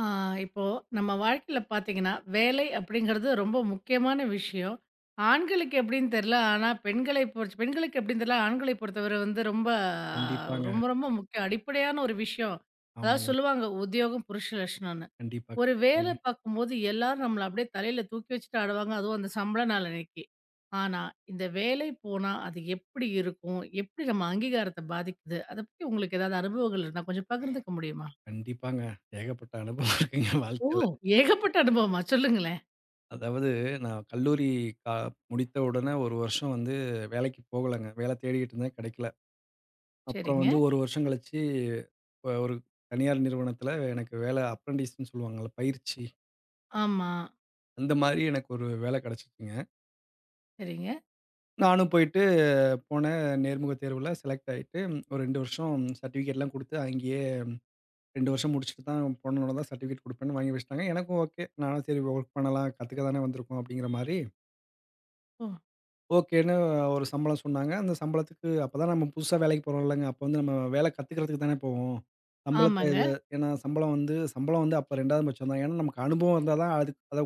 ஆ, இப்போ நம்ம வாழ்க்கையில பார்த்தீங்கன்னா, வேலை அப்படிங்கிறது ரொம்ப முக்கியமான விஷயம். ஆண்களுக்கு எப்படின்னு தெரியல. ஆனா, பெண்களை பொறுத் பெண்களுக்கு எப்படின்னு தெரியல. ஆண்களை பொறுத்தவரை வந்து ரொம்ப கண்டிப்பாங்க. ரொம்ப ரொம்ப முக்கியம். அடிப்படையான ஒரு விஷயம். அதாவது ஆமாங்க. சொல்லுவாங்க, "உத்தியோகம் புருஷ லட்சணம்னு." கண்டிப்பா, ஒரு வேலை கண்டிப்பாங்க. பார்க்கும்போது எல்லாரும் நம்மள அப்படியே தலையில தூக்கி வச்சுட்டு ஆடுவாங்க. அதுவும் அந்த சம்பள நாள் அன்னைக்கு. ஆனா, இந்த வேலை போனா அது எப்படி இருக்கும்? எப்படி நம்ம அங்கீகாரத்த பாதிக்குது? அத பத்தி உங்களுக்கு ஏதாவது அனுபவங்கள் இருந்தா கொஞ்சம் பகிர்ந்துக்க முடியுமா? கண்டிப்பாங்க. ஏகப்பட்ட அனுபவம் இருக்குங்க ஓ! வாழ்க்கையில. ஏகப்பட்ட அனுபவமா? சொல்லுங்களேன். அதாவது நான் கல்லூரி கா முடித்த உடனே 1 வருஷம் வந்து வேலைக்கு போகலங்க. வேலை தேடிக்கிட்டு இருந்தேன், கிடைக்கல. அப்புறம் சரிங்க. வந்து 1 வருஷம் கழிச்சு ஒரு தனியார் நிறுவனத்தில எனக்கு வேலை அப்ரன்டிஸ்ன்னு சொல்லுவாங்கல்ல, பயிற்சி. ஆமா. அந்த மாரி எனக்கு ஒரு வேலை கிடைச்சுச்சுங்க. சரிங்க. நானும் போனேன். நேர்முக தேர்வுல செலக்ட் ஆயிட்டு, ஒரு 2 வருஷம் சர்டிஃபிகேட்லாம் குடுத்து அங்கேயே 2 வருஷம் முடிச்சுட்டு தான் பொண்ணோட தான் சர்டிஃபிகேட் குடுப்பேன்னு வாங்கி வச்சுட்டாங்க. எனக்கும் ஓகே. நானும் சரி, ஒர்க் பண்ணலாம். கத்துக்க தானே வந்திருக்கோம் அப்படிங்கிற மாரி, ஓ! ஓகேன்னு ஒரு சம்பளம் சொன்னாங்க. அந்த சம்பளத்துக்கு அப்பதான் நம்ம புதுசா வேலைக்கு போறோம்லங்க. அப்ப வந்து நம்ம வேலை கத்துக்கிறதுக்கு தானே போவோம். சம்பளத்த இது, ஆமாங்க. ஏன்னா சம்பளம் வந்து அப்ப 2வது பட்சம் தான். ஏன்னா நமக்கு அனுபவம் இருந்தா தான் அதுக்கு அத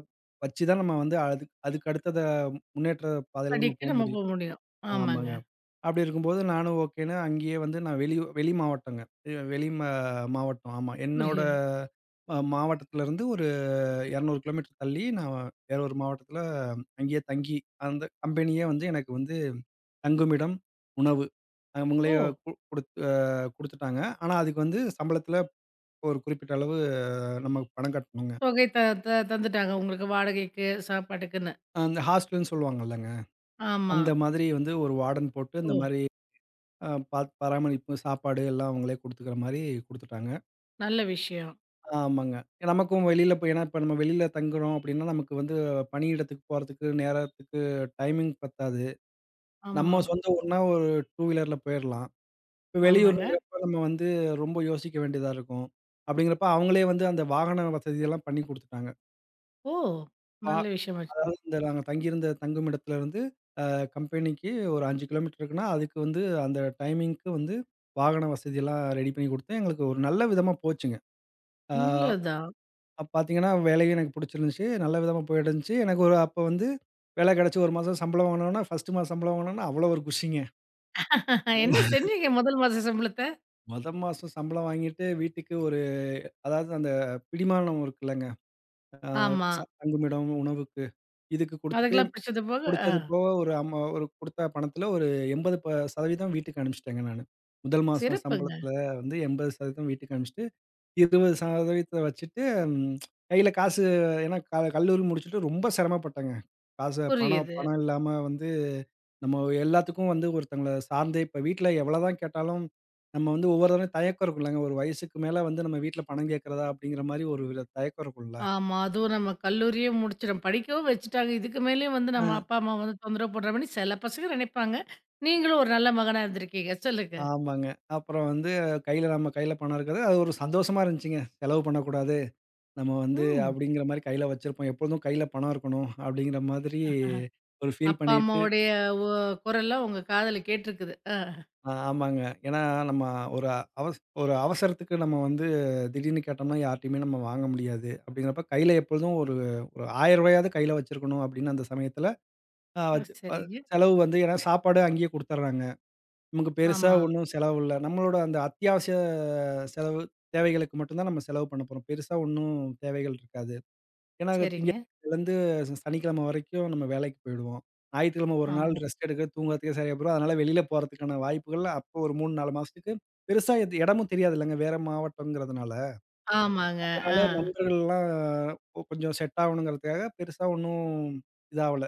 வச்சு தான் நம்ம வந்து அதுக்கு அதுக்கு அடுத்தத முன்னேற்ற பாதையில நம்ம போ படிக்க நம்ம போ முடியும். முடியும். ஆமாங்க. ஆமாங்க. அப்படி இருக்கும்போது நானும் ஓகேன்னு அங்கேயே வந்து நான் வெளி வெளி மாவட்டங்க. வெளி ம மாவட்டம், ஆமா. என்னோட புரியுது. மாவட்டத்திலருந்து ஒரு 200 கிலோமீட்டர் தள்ளி நான் வேற ஒரு மாவட்டத்தில அங்கேயே தங்கி, அந்த கம்பெனியே வந்து எனக்கு வந்து தங்குமிடம், உணவு அவங்களே ஓ! கு குடுத்து அ குடுத்துட்டாங்க. ஆனா அதுக்கு வந்து சம்பளத்தில ஒரு குறிப்பிட்ட அளவு நம்ம பணம் கட்டணுங்க. தொகை த த தந்துட்டாங்க உங்களுக்கு வாடகைக்கு, சாப்பாட்டுக்குன்னு. அந்த ஹாஸ்டல்ன்னு சொல்லுவாங்கல்லங்க. ஆமா. அந்த மாதிரி வந்து ஒரு வார்டன் போட்டு இந்த ஓ! மாரி அ பாத் பராமரிப்பு, சாப்பாடு எல்லாம் அவங்களே குடுத்துக்கிற மாரி குடுத்துட்டாங்க. நல்ல விஷயம். ஆமாங்க. நமக்கும் வெளியில போய் ஏன்னா இப்ப நம்ம வெளியில தங்குறோம் அப்டின்னா, நமக்கு வந்து பணியிடத்துக்கு போறதுக்கு நேரத்துக்கு டைமிங் பத்தாது. ஆமா. நம்ம சொந்த ஊர்னா ஒரு 2 வீலர்ல போயிரலாம். இப்ப ஆமாங்க. வெளியூருங்கிறப்ப நம்ம வந்து ரொம்ப யோசிக்க வேண்டியதா இருக்கும். அப்படிங்கிறப்ப அவங்களே வந்து அந்த வாகன வசதியெல்லாம் பண்ணி குடுத்துட்டாங்க. ஓ! வா நல்ல விஷயமாச்சே. அதாவது இந்த நாங்க தங்கியிருந்த தங்கும் இடத்துலருந்து கம்பெனிக்கு ஒரு 5 கிலோமீட்டர் இருக்குன்னா, அதுக்கு வந்து அந்த டைமிங்க்கு வந்து வாகன வசதியெல்லாம் ரெடி பண்ணி குடுத்து எங்களுக்கு ஒரு நல்ல விதமா போச்சுங்க. ஆ நல்லதுதான். அப்ப பார்த்தீங்கன்னா, வேலையும் எனக்கு புடிச்சிருந்துச்சு. நல்ல விதமா போயிட்டுருந்துச்சு. எனக்கு ஒரு அப்ப வந்து வேலை கிடைச்சு 1 மாசம் சம்பளம் வாங்குனோன, 1 மாசம் சம்பளம் வாங்குனோன அவ்வளோ ஒரு குஷிங்க. என்ன செஞ்சீங்க முதல் மாச சம்பளத்த? மொத மாசம் சம்பளம் வாங்கிட்டு வீட்டுக்கு, அதாவது அந்த பிடிமானம் இருக்குல்லங்க. ஆ ஆமா. தங்குமிடம், உணவுக்கு. இதுக்கு குடுத்துட்டு, அதுக்கெல்லாம் பிடிச்சது போக ஆ. புடிச்சது போக ஒரு அம்மா ஒரு குடுத்த பணத்துல ஒரு 80% வீட்டுக்கு அனுப்பிச்சுட்டேங்க நானு. முதல் மாசம் சிறப்புங்க. சம்பளத்துல வந்து 80% வீட்டுக்கு அனுப்பிச்சுட்டு, 20% வச்சுட்டு, ம், கையில காசு. ஏன்னா கல்லூரி முடிச்சுட்டு ரொம்ப சிரமப்பட்டேங்க. காசு, பணம் புரியுது. பணம் இல்லாம வந்து நம்ம எல்லாத்துக்கும் வந்து ஒருத்தங்கள சார்ந்தே இப்ப வீட்ல எவ்வளதான் கேட்டாலும், நம்ம வந்து ஒவ்வொரு தடவையும் தயக்கம் இருக்கும்லங்க. ஒரு வயசுக்கு மேல வந்து நம்ம வீட்ல பணம் கேட்கிறதா? அப்படிங்கிற மாரி ஒரு வித தயக்கம் இருக்கும்ல. ஆமா. அதுவும் நம்ம கல்லூரியே முடிச்சுட்டோம். படிக்கவும் வச்சுட்டாங்க. இதுக்கு மேலயும் வந்து நம்ம ஆ. அப்பா, அம்மா வந்து தொந்தரவு பண்ற மாரி சில பசங்க நினைப்பாங்க. நீங்களும் ஒரு நல்ல மகனா இருந்திருக்கீங்க. சொல்லுங்க. ஆமாங்க. அப்புறம் வந்து நம்ம கையில பணம் இருக்குது. அது ஒரு சந்தோஷமா இருந்துச்சுங்க. செலவு பண்ணக்கூடாது. நம்ம வந்து ம். அப்படிங்கிற மாரி கையில வச்சிருப்போம். எப்பொழுதும் கையில பணம் இருக்கணும். அப்படிங்கிற மாதிரி ஒரு ஃபீல் அப்பா, பண்ணிட்டு அம்மாவுடைய ஒ குரல்லாம் உங்க காதுல கேட்டிருக்குது. ஆ. ஆ ஆமாங்க. ஏன்னா நம்ம ஒரு அவச ஒரு அவசரத்துக்கு நம்ம வந்து திடீர்னு கேட்டோம்னா யார்ட்டயுமே நம்ம வாங்க முடியாது. அப்படிங்கிறப்ப கையில எப்பொழுதும் ஒரு ஒரு ரூ. 1000 கையில வச்சிருக்கணும் அப்படின்னு அந்த சமயத்துல அ வச்சு அ சரிங்க. செலவு வந்து, ஏன்னா சாப்பாடு அங்கேயே குடுத்துர்றாங்க. நமக்கு பெருசா ஆமா. ஒண்ணும் செலவு இல்ல. நம்மளோட அந்த அத்தியாவசிய செலவு தேவைகளுக்கு மட்டும் தான் நம்ம செலவு பண்ண போறோம். பெருசா ஒண்ணும் தேவைகள் இருக்காது. ஏன்னா, சரிங்க. திங்கட்கிழமைலருந்து சனிக்கிழமை வரைக்கும் நம்ம வேலைக்கு போயிடுவோம். ஞாயிற்றுக்கிழமை ஒரு நாள் ஆமா. ரெஸ்ட் எடுக்க, தூங்குறதுக்கே சரியா போயிரும். அதனால வெளியில போறதுக்கான வாய்ப்புகள் அப்போ ஒரு 3, 4 மாசத்துக்கு பெருசா எது இடமும் தெரியாதுல்லங்க, வேற மாவட்டம்ங்கிறதுனால. ஆமாங்க. அதனால ஆ. நண்பர்கள்லாம் கொஞ்சம் செட் ஆகணுங்கிறதுக்காக பெருசா ஒண்ணும் இதாவல.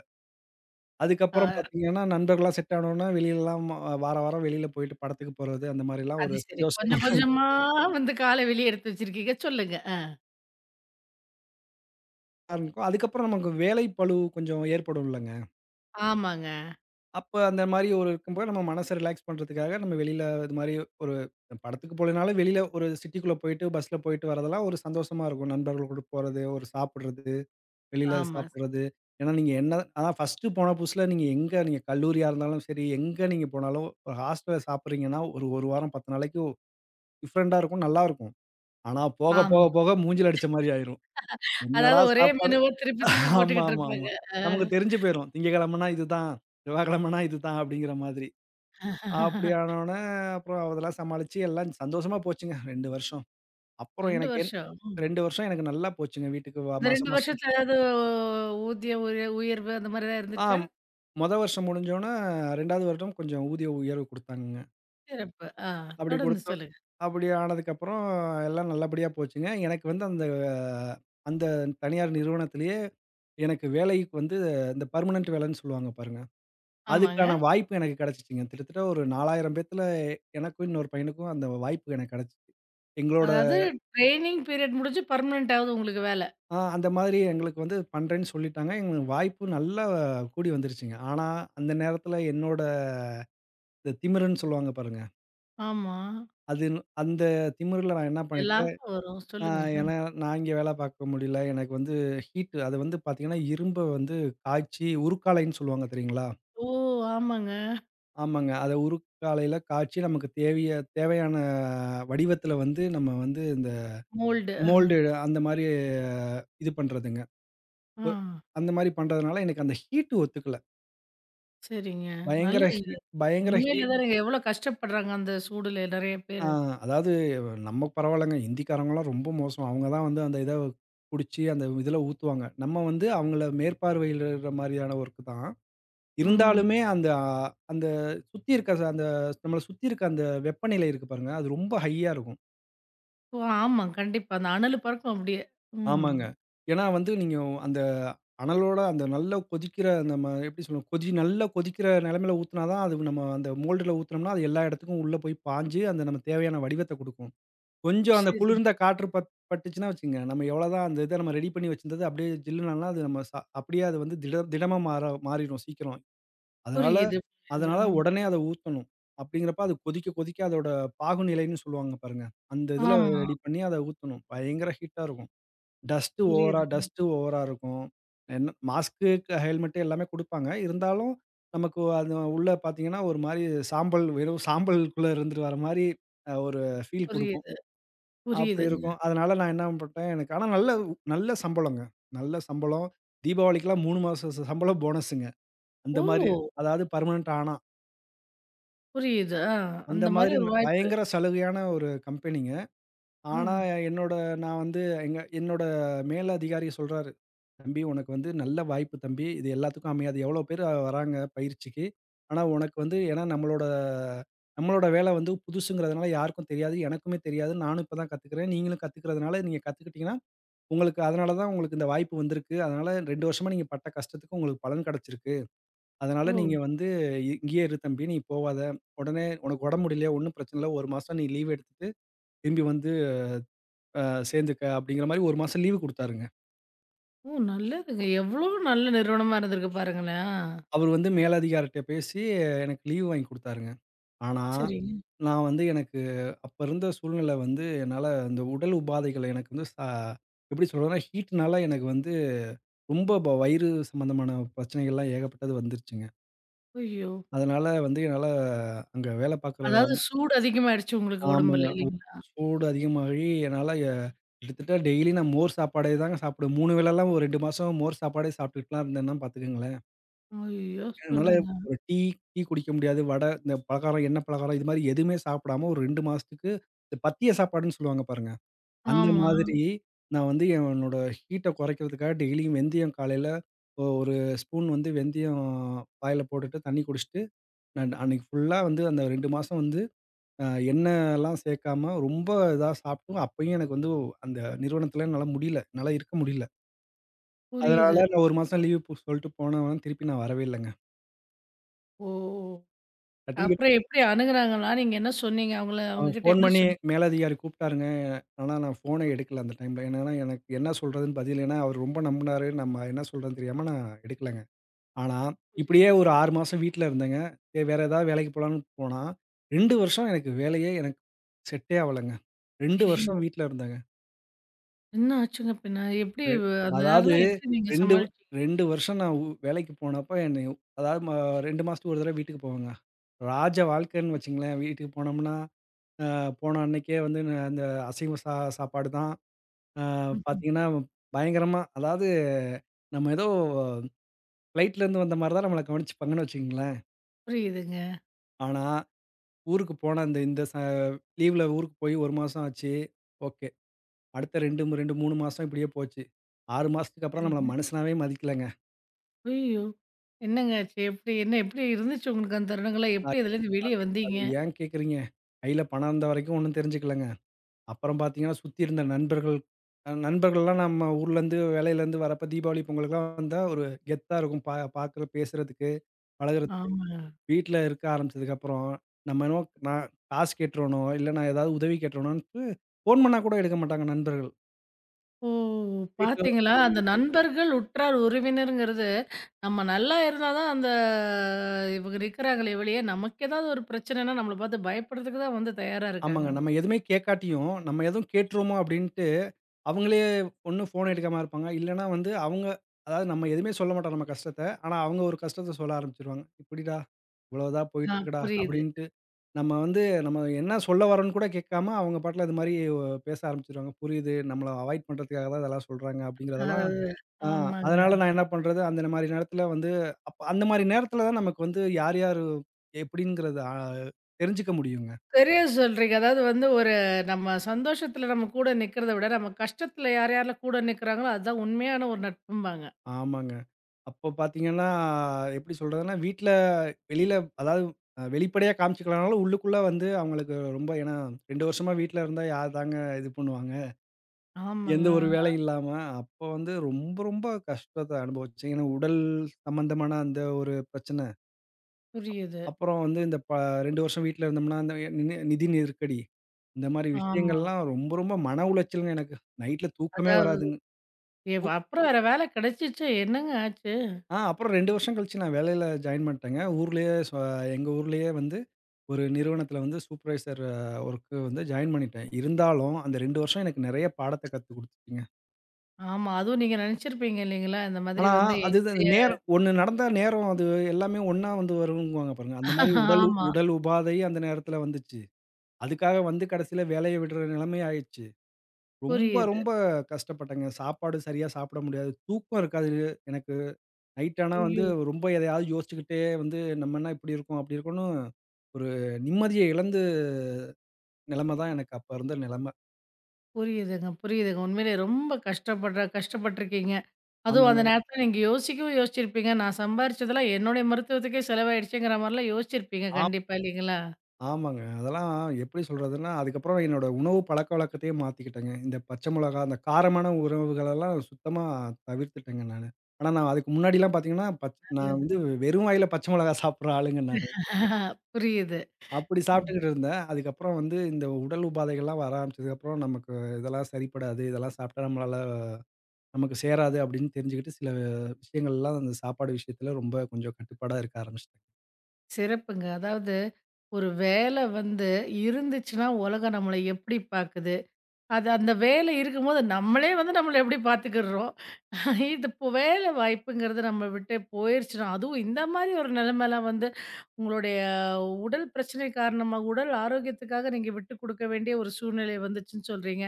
அதுக்கப்புறம் அ பார்த்தீங்கன்னா, நண்பர்கள்லாம் செட் ஆனோனே வெளியிலலாம் வாரம் வாரம் வெளியில போயிட்டு படத்துக்கு போறது, அந்த மாரிலாம் ஒரு அது சரி. சந்தோஷமா கொஞ்சம் கொஞ்சமா வந்து கால வெளிய எடுத்து வச்சிருக்கீங்க. சொல்லுங்க. அ. இருக்கும். அதுக்கப்புறம் நமக்கு வேலை பளு கொஞ்சம் ஏற்படும்லங்க. ஆமாங்க. அப்ப அந்த மாரி ஒரு இருக்கும்போது நம்ம மனச ரிலாக்ஸ் பண்றதுக்காக நம்ம வெளியில இது மாரி ஒரு படத்துக்கு போலனாலும் வெளியில ஒரு சிட்டிக்குள்ள போயிட்டு பஸ்ல போயிட்டு வரதெல்லாம் ஒரு சந்தோஷமா இருக்கும். நண்பர்கள் கூட போறது, ஒரு சாப்பிடுறது, வெளியில ஆமா. சாப்பிடுறது. ஏன்னா நீங்க என்ன, அதான் ஃபர்ஸ்ட்டு போன புதுசுல நீங்க எங்க நீங்க கல்லூரியா இருந்தாலும் சரி, எங்க நீங்க போனாலும் ஒரு ஹாஸ்டல்ல சாப்பிடுறீங்கன்னா, ஒரு 1 வாரம் 10 நாளைக்கு டிஃபரெண்ட்டா இருக்கும். நல்லாருக்கும். ஆனா போக போக ஆமா. போக மூஞ்சில அடிச்ச மாரி ஆயிரும். என்னடா அதாவது ஒரே சாப்பாடு மெனுவ திருப்பி திருப்பி ஆமா, போட்டுக்கிட்டு ஆமா, ஆமா. இருப்பாங்க. அ. நமக்கு தெரிஞ்சு போயிரும். திங்கட்கிழமைனா இதுதான், செவ்வாய்க்கிழமைனா இதுதான் அப்படிங்கிற மாதிரி. அப்படி ஆனோனே, அப்புறம் அதெல்லாம் சமாளிச்சு எல்லாம் சந்தோஷமா போச்சுங்க 2 வருஷம். அப்புறம் 2 எனக்கு என் வருஷம். 2 வருஷம் எனக்கு நல்லா போச்சுங்க. வீட்டுக்கு இந்த 2 மாசம், மாசம் வருஷத்துல ஏதாவது ஊதிய உய உயர்வு அந்த மாரி ஏதாவது ஆ இருந்துச்சா? மொத வருஷம் முடிஞ்சோனே, 2வது வருடம் கொஞ்சம் ஊதிய உயர்வு குடுத்தாங்கங்க. சிறப்பு. ஆ அப்படி தொடர்ந்து சொல்லுங்க. அப்படி ஆனதுக்கப்புறம் எல்லாம் நல்லபடியா போச்சுங்க. எனக்கு வந்து அந்த அந்த தனியார் நிறுவனத்திலேயே எனக்கு வேலைக்கு வந்து இந்த பெர்மனன்ட் வேலைன்னு சொல்லுவாங்க பாருங்க. ஆமாங்க. அதுக்கான வாய்ப்பு எனக்கு கிடைச்சுச்சுங்க. கிட்டத்தட்ட ஒரு 4000 பேத்துல எனக்கும் இன்னொரு பையனுக்கும் அந்த வாய்ப்பு எனக்கு கிடைச்சுச்சு. எங்களோட அதாவது ட்ரெய்னிங் பீரியட் முடிஞ்சு பெர்மனன்ட் ஆகுது உங்களுக்கு வேல. ஆ அந்த மாதிரி எங்களுக்கு வந்து பண்றேன்னு சொல்லிட்டாங்க. எங்களுக்கு வாய்ப்பு நல்லா கூடி வந்துருச்சுங்க. ஆனா, அந்த நேரத்துல என்னோட இந்த திமிருன்னு சொல்லுவாங்க பாருங்க. ஆமா. அது அந்த திமிருல நான் என்ன பண்ணிட்டேன், எல்லாருக்கும் வரும். அ சொல்லுங்க. ஏன்னா நான் இங்க வேலை பார்க்க முடியல. எனக்கு வந்து ஹீட் அது வந்து பார்த்தீங்கன்னா, இரும்ப வந்து காய்ச்சி உருக்காலைன்னு சொல்லுவாங்க தெரியுங்களா? ஓ! ஆமாங்க. ஆமாங்க. அத உருக்காலையில காய்ச்சி நமக்கு தேவையான வடிவத்துல வந்து நம்ம வந்து இந்த மோல்டு. மோல்டு அந்த மாரி இது பண்றதுங்க. ஒ ஆ அந்த மாரி பண்றதுனால எனக்கு அந்த ஹீட் ஒத்துக்கல. சரிங்க. நல்ல பயங்கர இது. ஹீட், பயங்கர உண்மையில ஹீட். தானங்க எவ்வளோ கஷ்டப்படுறாங்க அந்த சூடுல நெறைய ஆ பேரு. அதாவது நம்ம பரவாயில்லங்க. ஹிந்திக்காரங்கலாம் ரொம்ப மோசம். அவங்க தான் வந்து அந்த இத புடிச்சு அந்த இதில ஊத்துவாங்க. நம்ம வந்து அவங்கள மேற்பார்வையிடுற மாரியான ஒர்க் தான். ஆமாங்க. இருந்தாலுமே அந்த அந்த சுத்தி இருக்க ச- அந்த நம்மள சுத்தி இருக்க அந்த வெப்பநிலை இருக்கு பாருங்க. அது ரொம்ப ஹையா இருக்கும். ஓ! ஆமா. கண்டிப்பா. அந்த அனலு பறக்கும் அப்படியே. ம். ஆமாங்க. ஏன்னா வந்து நீங்க அந்த அனலோட அந்த நல்லா கொதிக்கிற, நம்ம எப்படி சொல்றது? கொதி நல்லா கொதிக்கிற நெலைமையில ஊத்துனா தான் அது, நம்ம அந்த மோல்டுல ஊத்துனோம்னா, அது எல்லா இடத்துக்கும் உள்ள போய் பாய்ஞ்சு அந்த நம்ம தேவையான வடிவத்த குடுக்கும். கொஞ்சம் அந்த சரி. குளிர்ந்த காற்று பட்டுச்சுன்னா வச்சுக்கங்க, நம்ம எவ்வளோதான் அந்த இத நம்ம ரெடி பண்ணி வச்சிருந்தது அப்படியே ஜில்லுனாலாம் அது நம்ம அப்படியே அது வந்து திடமா மாறிரும் சீக்கிரம். அதனால, புரியுது, புரியுது. அதனால ஆமா. உடனே அத ஊத்தணும். அப்படிங்கிறப்ப அது கொதிக்க கொதிக்க அதோட பாகுநிலைன்னு சொல்லுவாங்க பாருங்க. அந்த இதுல ஆமா. ரெடி பண்ணி அத ஊத்தணும். பயங்கர ஹீட்டா இருக்கும். டஸ்ட்டு ஓவரா புரியுது, டஸ்ட்டு ஓவரா இருக்கும். என்ன மாஸ்க்கு, ஹெல்மெட் எல்லாமே குடுப்பாங்க. இருந்தாலும் நமக்கு அது உள்ள பார்த்தீங்கன்னா, ஒரு மாரி சாம்பல், வெறும் சாம்பலுக்குள்ள இருந்துட்டு வர மாரி அ ஒரு ஃபீல் குடுக்கும். புரியுது, அப்படி புரியுதுங்க. இருக்கும். அதனால நான் என்ன பண்ட்டேன், எனக்கு ஆனா நல்ல நல்ல சம்பளங்க. நல்ல சம்பளம். தீபாவளிக்கெல்லாம் 3 மாச ச சம்பளம் போனஸுங்க. அந்த மாரி, ஓ! அதாவது பெர்மனன்ட் ஆனா. புரியுது. ஆ. அந்த அந்த மாரி மாதிரி ஒரு வாய்ப்பு. பயங்கர சலுகையான ஒரு கம்பெனிங்க. ஆ. ஆனா என்னோட நான் வந்து என்னோட மேல் அதிகாரி சொல்றாரு, "தம்பி, உனக்கு வந்து நல்ல வாய்ப்பு தம்பி. இது எல்லாத்துக்கும் அமையாது. எவ்வளோ பேர் வராங்க பயிற்சிக்கு. ஆனா உனக்கு வந்து, ஏன்னா நம்மளோட நம்மளோட வேலை வந்து புதுசுங்கிறதுனால யாருக்கும் தெரியாது. எனக்குமே தெரியாது. நானும் இப்ப தான் கத்துக்கிறேன். நீங்களும் கத்துக்கிறதுனால நீங்க கத்துக்கிட்டீங்கன்னா" உங்களுக்கு அதனால தான் உங்களுக்கு இந்த வாய்ப்பு வந்திருக்கு. அதனால 2 வருஷமா நீங்க பட்ட கஷ்டத்துக்கு உங்களுக்கு பலன் கிடைச்சிருக்கு. அதனால ஓ! நீங்க வந்து இங்கேயே இரு தம்பி, நீ போவாத. உடனே உனக்கு உடம்பு முடியலையா? ஒண்ணும் பிரச்சனை இல்ல. 1 மாசம் நீ லீவ் எடுத்துட்டு திரும்பி வந்து அ சேர்ந்துக்க அப்படிங்கிற மாரி 1 மாசம் லீவு குடுத்தாருங்க. ஓ! நல்லதுங்க. எவ்ளோ நல்ல நிறுவனமா இருந்திருக்கு பாருங்களேன். ஆ. அவரு வந்து மேலதிகாரிட்ட பேசி, எனக்கு லீவு வாங்கி குடுத்தாருங்க. ஆனா, சரிங்க. நான் வந்து எனக்கு அப்ப இருந்த சூழ்நிலை வந்து என்னால அந்த உடல் உபாதைகள் எனக்கு வந்து, எப்படி சொல்றதுன்னா ஹீட்னால எனக்கு வந்து ரொம்ப வயிறு சம்மந்தமான பிரச்சனைகள்லாம் ஏகப்பட்டது வந்துருச்சுங்க. ஐயோ! அதனால வந்து என்னால அங்க வேலை பார்க்குற அதாவது அந்த சூடு அதிகமாயிடுச்சு உங்களுக்கு ஆமாங்க. உடம்புல இல்லைங்களா? சூடு அதிகமாகி என்னால கிட்டத்தட்ட டெய்லி நான் மோர் சாப்பாடே தாங்க சாப்பிடுவேன். 3 வேளைலாம் ஒரு 2 மாசம் மோர் சாப்பாடே சாப்பிட்டுட்டுலாம் இருந்தேன்னா பார்த்துக்கங்களேன். ஐயோ! என்னால சொல்லுங்க. ஒரு டீ டீ குடிக்க முடியாது. வடை, இந்த பலகாரம், எண்ணெய் பலகாரம், இது மாரி எதுவுமே சாப்பிடாம ஒரு 2 மாசத்துக்கு இந்த பத்திய சாப்பாடுன்னு சொல்லுவாங்க பாருங்க. அந்த ஆமா. மாதிரி நான் வந்து என்னோட ஹீட்ட குறைக்கிறதுக்காக டெய்லியும் வெந்தயம் காலையில ஒரு ஸ்பூன் வந்து வெந்தயம் வாயில போட்டுட்டு தண்ணி குடிச்சிட்டு, நான் அன்னைக்கு ஃபுல்லா வந்து அந்த 2 மாசம் வந்து அ எண்ணெல்லாம் சேர்க்காம ரொம்ப இதா சாப்பிட்டும் அப்பயும் எனக்கு வந்து அந்த நிறுவனத்தில என்னால முடியல. என்னால இருக்க முடியல. அதனால புரியுது. நான் 1 மாசம் லீவ் போ சொல்ட்டு போனவன் திருப்பி நான் வரவே இல்லங்க. ஓ! சர்டிஃபிகேட் அப்புறம் எப்படி அணுகுனாங்களா? நீங்க என்ன சொன்னீங்க? அவங்ககிட்ட ஃபோன் என்ன பண்ணி சொன்னீங்க? மேலதிகாரி கூப்பிட்டாருங்க. ஆனா நான் ஃபோனே எடுக்கல அந்த டைம்ல. ஏன்னா எனக்கு என்ன சொல்றதுன்னு பதில், ஏன்னா அவர் ரொம்ப நம்புனாரு. நம்ம என்ன சொல்றதுன்னு தெரியாம நான் எடுக்கலங்க. ஆனா, இப்படியே புரியுது. ஒரு 6 மாசம் வீட்ல இருந்தேங்க. சரி வேற ஏதாவது வேலைக்கு போலான்னு போனா, 2 வருஷம் எனக்கு வேலையே செட்டே ஆவலங்க. 2 ஐயோ! வருஷம் வீட்ல இருந்தேங்க. என்ன ஆச்சுங்க பின்ன? ரெ அந்த அதாவது நேரம்லாம் எப்படி நீங்க 2 சமாளிச்சீங்க? 2 வருஷம் நான் வேலைக்கு போனப்ப என்னைய, அதாவது 2 மாசத்துக்கு ஒரு தடவ வீட்டுக்கு போவேங்க. ராஜ வாழ்க்கைன்னு வச்சுங்களேன். வீட்டுக்கு போனோம்னா, அ போன அன்னைக்கே வந்து அந்த அசைவ சாப்பாடு தான். அ ம்ஹ்ம். பார்த்தீங்கன்னா, பயங்கரமா, அதாவது நம்ம ஏதோ ஃப்ளைட்லேருந்து வந்த மாரி தான் நம்மள கவனிச்சுப்பாங்கன்னு வச்சுக்கங்களேன். புரியுதுங்க. ஆனா ஊருக்கு போன அந்த இந்த லீவ்ல ஊருக்கு போய் 1 மாசம் ஆச்சு. ஓகே. அடுத்த 2, 3 மாசம் இப்படியே போச்சு. 6 மாசத்துக்கு அப்புறம் நம்மள சரிங்க. மனுஷனாவே மதிக்கலங்க. ஐயோ! என்னங்க ஆச்சு? எப்படி இருந்துச்சு உங்களுக்கு அந்த தருணங்கள்லாம்? அது எப்படி அதுலேருந்து வெளிய அது அது வந்தீங்க? ஏன் கேட்கிறீங்க? கையில பணம் இருந்த வரைக்கும் ஒண்ணும் தெரிஞ்சுக்கலங்க. அப்புறம் பார்த்தீங்கன்னா, சுத்தி இருந்த நண்பர்கள், நண்பர்கள்லாம் நம்ம ஊர்லேருந்து வேலையிலேருந்து வரப்ப தீபாவளி, பொங்கலுக்குலாம் வந்தா ஒரு கெத்தா இருக்கும். பார்க்குற, பேசுறதுக்கு, பழகுறதுக்கு. ஆமாங்க. வீட்ல இருக்க ஆரம்பிச்சதுக்கப்புறம், நம்ம என்னவோ நான் காசு கேட்டுறானோ, இல்ல நான் ஏதாவது உதவி கேட்டுறானோன்ட்டு ஃபோன் பண்ணா கூட எடுக்க மாட்டாங்க நண்பர்கள். ஓ! வீட்ல பார்த்தீங்களா? அந்த நண்பர்கள், உற்றார், உறவினர்ங்கிறது, நம்ம நல்லா இருந்தா தான் இவங்க நிக்கிறாங்களே ஒழிய, நமக்கு ஏதாவது ஒரு பிரச்சனைன்னா, நம்மள பார்த்து பயப்படுறதுக்கு தான் வந்து தயாரா இருக்காங்க ஆமாங்க. அவங்க. நம்ம எதுவுமே கேட்காட்டியும், நம்ம எதுவும் கேட்டுருவோமோ அப்டின்ட்டு, அவங்களே ஒண்ணு ஃபோன் எடுக்காம இருப்பாங்க. இல்லன்னா வந்து அவங்க, அதாவது நம்ம எதுவுமே சொல்ல மாட்டோம் நம்ம கஷ்டத்த. ஆனா அவங்க ஒரு கஷ்டத்த சொல்ல ஆரம்பிச்சுருவாங்க. "இப்படிடா, இவ்வளவுதான் ஆ போயிட்டுருக்குடா" புரியுது. அப்டின்ட்டு. நம்ம வந்து நம்ம என்ன சொல்ல வரோம்ன்னு கூட கேட்காம, அவங்க பாட்டுல இது மாரி பேச ஆரம்பிச்சுருவாங்க. புரியுது. நம்மள அவாய்ட் பண்றதுக்காக தான் இதெல்லாம் சொல்றாங்க அப்டிங்கிறதெல்லாம். அதாவது ஆ ஆமாங்க. அதனால நான் என்ன பண்றது, அந்த மாரி நேரத்துல வந்து அப்ப அந்த மாரி நேரத்துல தான் நமக்கு வந்து யார் யாரு எப்டிங்கிறது ஆ தெரிஞ்சுக்க முடியுங்க. சரியா சொல்றீங்க. அதாவது வந்து ஒரு நம்ம சந்தோஷத்துல நம்ம கூட நிக்கிறத விட, நம்ம கஷ்டத்துல யார் யாரெல்லாம் கூட நிக்கிறாங்களோ, அதுதான் உண்மையான ஒரு நட்பும்பாங்க. ஆமாங்க. அப்போ பார்த்தீங்கன்னா, எப்படி சொல்றதுன்னா, வீட்ல வெளியில, அதாவது அ வெளிப்படையா காமிச்சுக்கலனாலும், உள்ளுக்குள்ள வந்து அவங்களுக்கு ரொம்ப, ஏன்னா 2 வருஷமா வீட்ல இருந்தா யார் தாங்க இது பண்ணுவாங்க? ஆமாங்க. எந்த ஒரு வேலையும் இல்லாம, அப்போ வந்து ரொம்ப, ரொம்ப கஷ்டத்த அனுபவிச்சேன். ஏன்னா உடல் சம்மந்தமான அந்த ஒரு பிரச்சனை. புரியுது. அப்புறம் வந்து இந்த 2 வருஷம் வீட்ல இருந்தோம்னா, அந்த நிதி நெருக்கடி. இந்த மாரி ஆமா. விஷயங்கள்லாம் ரொம்ப, ரொம்ப மன உளைச்சலுங்க எனக்கு. நைட்ல தூக்கமே அதாவது, வராதுங்க. அப்புறம் வேற வேலை கிடைச்சிச்சா என்னங்க ஆச்சு? ஆ அப்புறம் 2 வருஷம் கழிச்சு நான் வேலையில ஜாயின் பண்ணிட்டேங்க. ஊர்லயே எங்க ஊர்லயே வந்து ஒரு நிறுவனத்தில வந்து சூப்பர்வைசர் ஒர்க் வந்து ஜாயின் பண்ணிட்டேன். இருந்தாலும் அந்த 2 வருஷம் எனக்கு நெறைய பாடத்த கத்து குடுத்துச்சுங்க. ஆமா. அதுவும் நீங்க நெனச்சிருப்பீங்க இல்லைங்களா? இந்த மாதிரி ஆனா வந்து அதுதான் என்னுடைய நேரம் ஒண்ணு நடந்தா நேரம் அது எல்லாமே ஒண்ணா வந்து வருங்குவாங்க பாருங்க. அந்த மாரி ஆமா. உடல் உபாதை அந்த நேரத்தில வந்துச்சு. அதுக்காக வந்து கடைசியில வேலைய விடுற நிலைமை ஆயிருச்சு. ரொம்ப, புரியுது. ரொம்ப கஷ்டப்பட்டேங்க. சாப்பாடு சரியா சாப்பிட முடியாது. தூக்கம் இருக்காது. எனக்கு நைட் ஆனா வந்து ஐயோ! ரொம்ப எதையாவது யோசிச்சுக்கிட்டே வந்து நம்ம என்ன இப்படி இருக்கோம், அப்படி இருக்கோம்ன்னு ஒரு நிம்மதிய இழந்து நிலைமை தான் எனக்கு அப்ப இருந்த நிலைமை. புரியுதுங்க, புரியுதுங்க. உண்மையிலேயே ரொம்ப கஷ்டப்பட்டுருக்கீங்க. அதுவும் ஆமாங்க. அந்த நேரத்தில நீங்க யோசிக்கவும் யோசிச்சிருப்பீங்க. நான் சம்பாரிச்சதெல்லாம் என்னுடைய மருத்துவத்துக்கே செலவாயிடுச்சேங்கிற மாரிலாம் யோசிச்சிருப்பீங்க ஆம். கண்டிப்பா இல்லைங்களா? ஆமாங்க. அதெல்லாம் எப்படி சொல்றதுன்னா, அதுக்கப்புறம் என்னோட உணவு பழக்கவழக்கத்தையே மாத்திக்கிட்டேங்க. இந்த பச்சை மிளகாய், அந்த காரமான உணவுகளெல்லாம் சுத்தமா தவிர்த்துட்டேங்க நானு. ஆனா நான் அதுக்கு முன்னாடிலாம் பார்த்தீங்கன்னா, நான் நல்லது. வந்து வெறும் வாயில பச்சை மிளகாய் சாப்பிடுற ஆளுங்க நானு. புரியுது. அப்படி சாப்பிட்டுக்கிட்டு இருந்தேன். அதுக்கப்புறம் வந்து இந்த உடல் உபாதைகள்லாம் வர ஆரம்பிச்சதுக்கப்புறம், நமக்கு இதெல்லாம் சரிப்படாது. இதெல்லாம் சாப்பிட்டா நம்மளால நமக்கு சேராது அப்படின்னு தெரிஞ்சுக்கிட்டு, சில விஷயங்கள்லாம் அந்த சாப்பாடு விஷயத்துல ரொம்ப கொஞ்சம் கட்டுப்பாடா இருக்க ஆரம்பிச்சுட்டேன். சிறப்புங்க. அதாவது ஒரு வேல வந்து இருந்துச்சுன்னா, உலகம் நம்மள எப்படி பாக்குது? அது அந்த வேலை இருக்கும்போது நம்மளே வந்து நம்மள எப்படி பாத்துக்கிடுறோம்? இது இப்போ வேலை வாய்ப்புங்கிறது நம்ம விட்டு போயிருச்சுன்னா, அதுவும் இந்த மாரி ஒரு நிலைமைலாம் வந்து உங்களுடைய உடல் பிரச்சனை காரணமா, உடல் ஆரோக்கியத்துக்காக நீங்க விட்டு குடுக்க வேண்டிய ஒரு சூழ்நிலை வந்துச்சுன்னு சொல்றீங்க.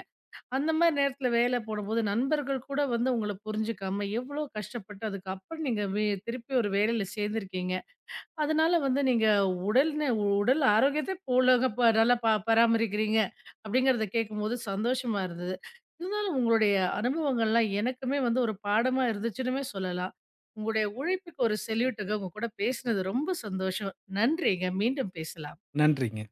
அந்த மாரி நேரத்தில வேலை போடும்போது நண்பர்கள் கூட வந்து உங்கள புரிஞ்சுக்காம, எவ்வளோ கஷ்டப்பட்டு அதுக்கப்புறம் நீங்க வே திருப்பி ஒரு வேலையில சேர்ந்திருக்கீங்க. அதனால வந்து நீங்க உடல் நெ உடல் ஆரோக்கியத்த போலக ப நல்லா பராமரிக்கிறீங்க அப்படிங்கிறத கேட்கும்போது சந்தோஷமா இருந்தது. இருந்தாலும் உங்களுடைய அனுபவங்கள்லாம் எனக்குமே வந்து ஒரு பாடமா இருந்துச்சுன்னுமே சொல்லலாம். உங்களுடைய உழைப்புக்கு ஒரு செல்யூட்டுங்க. உங்க கூட பேசினது ரொம்ப சந்தோஷம். நன்றிங்க. மீண்டும் பேசலாம். நன்றிங்க.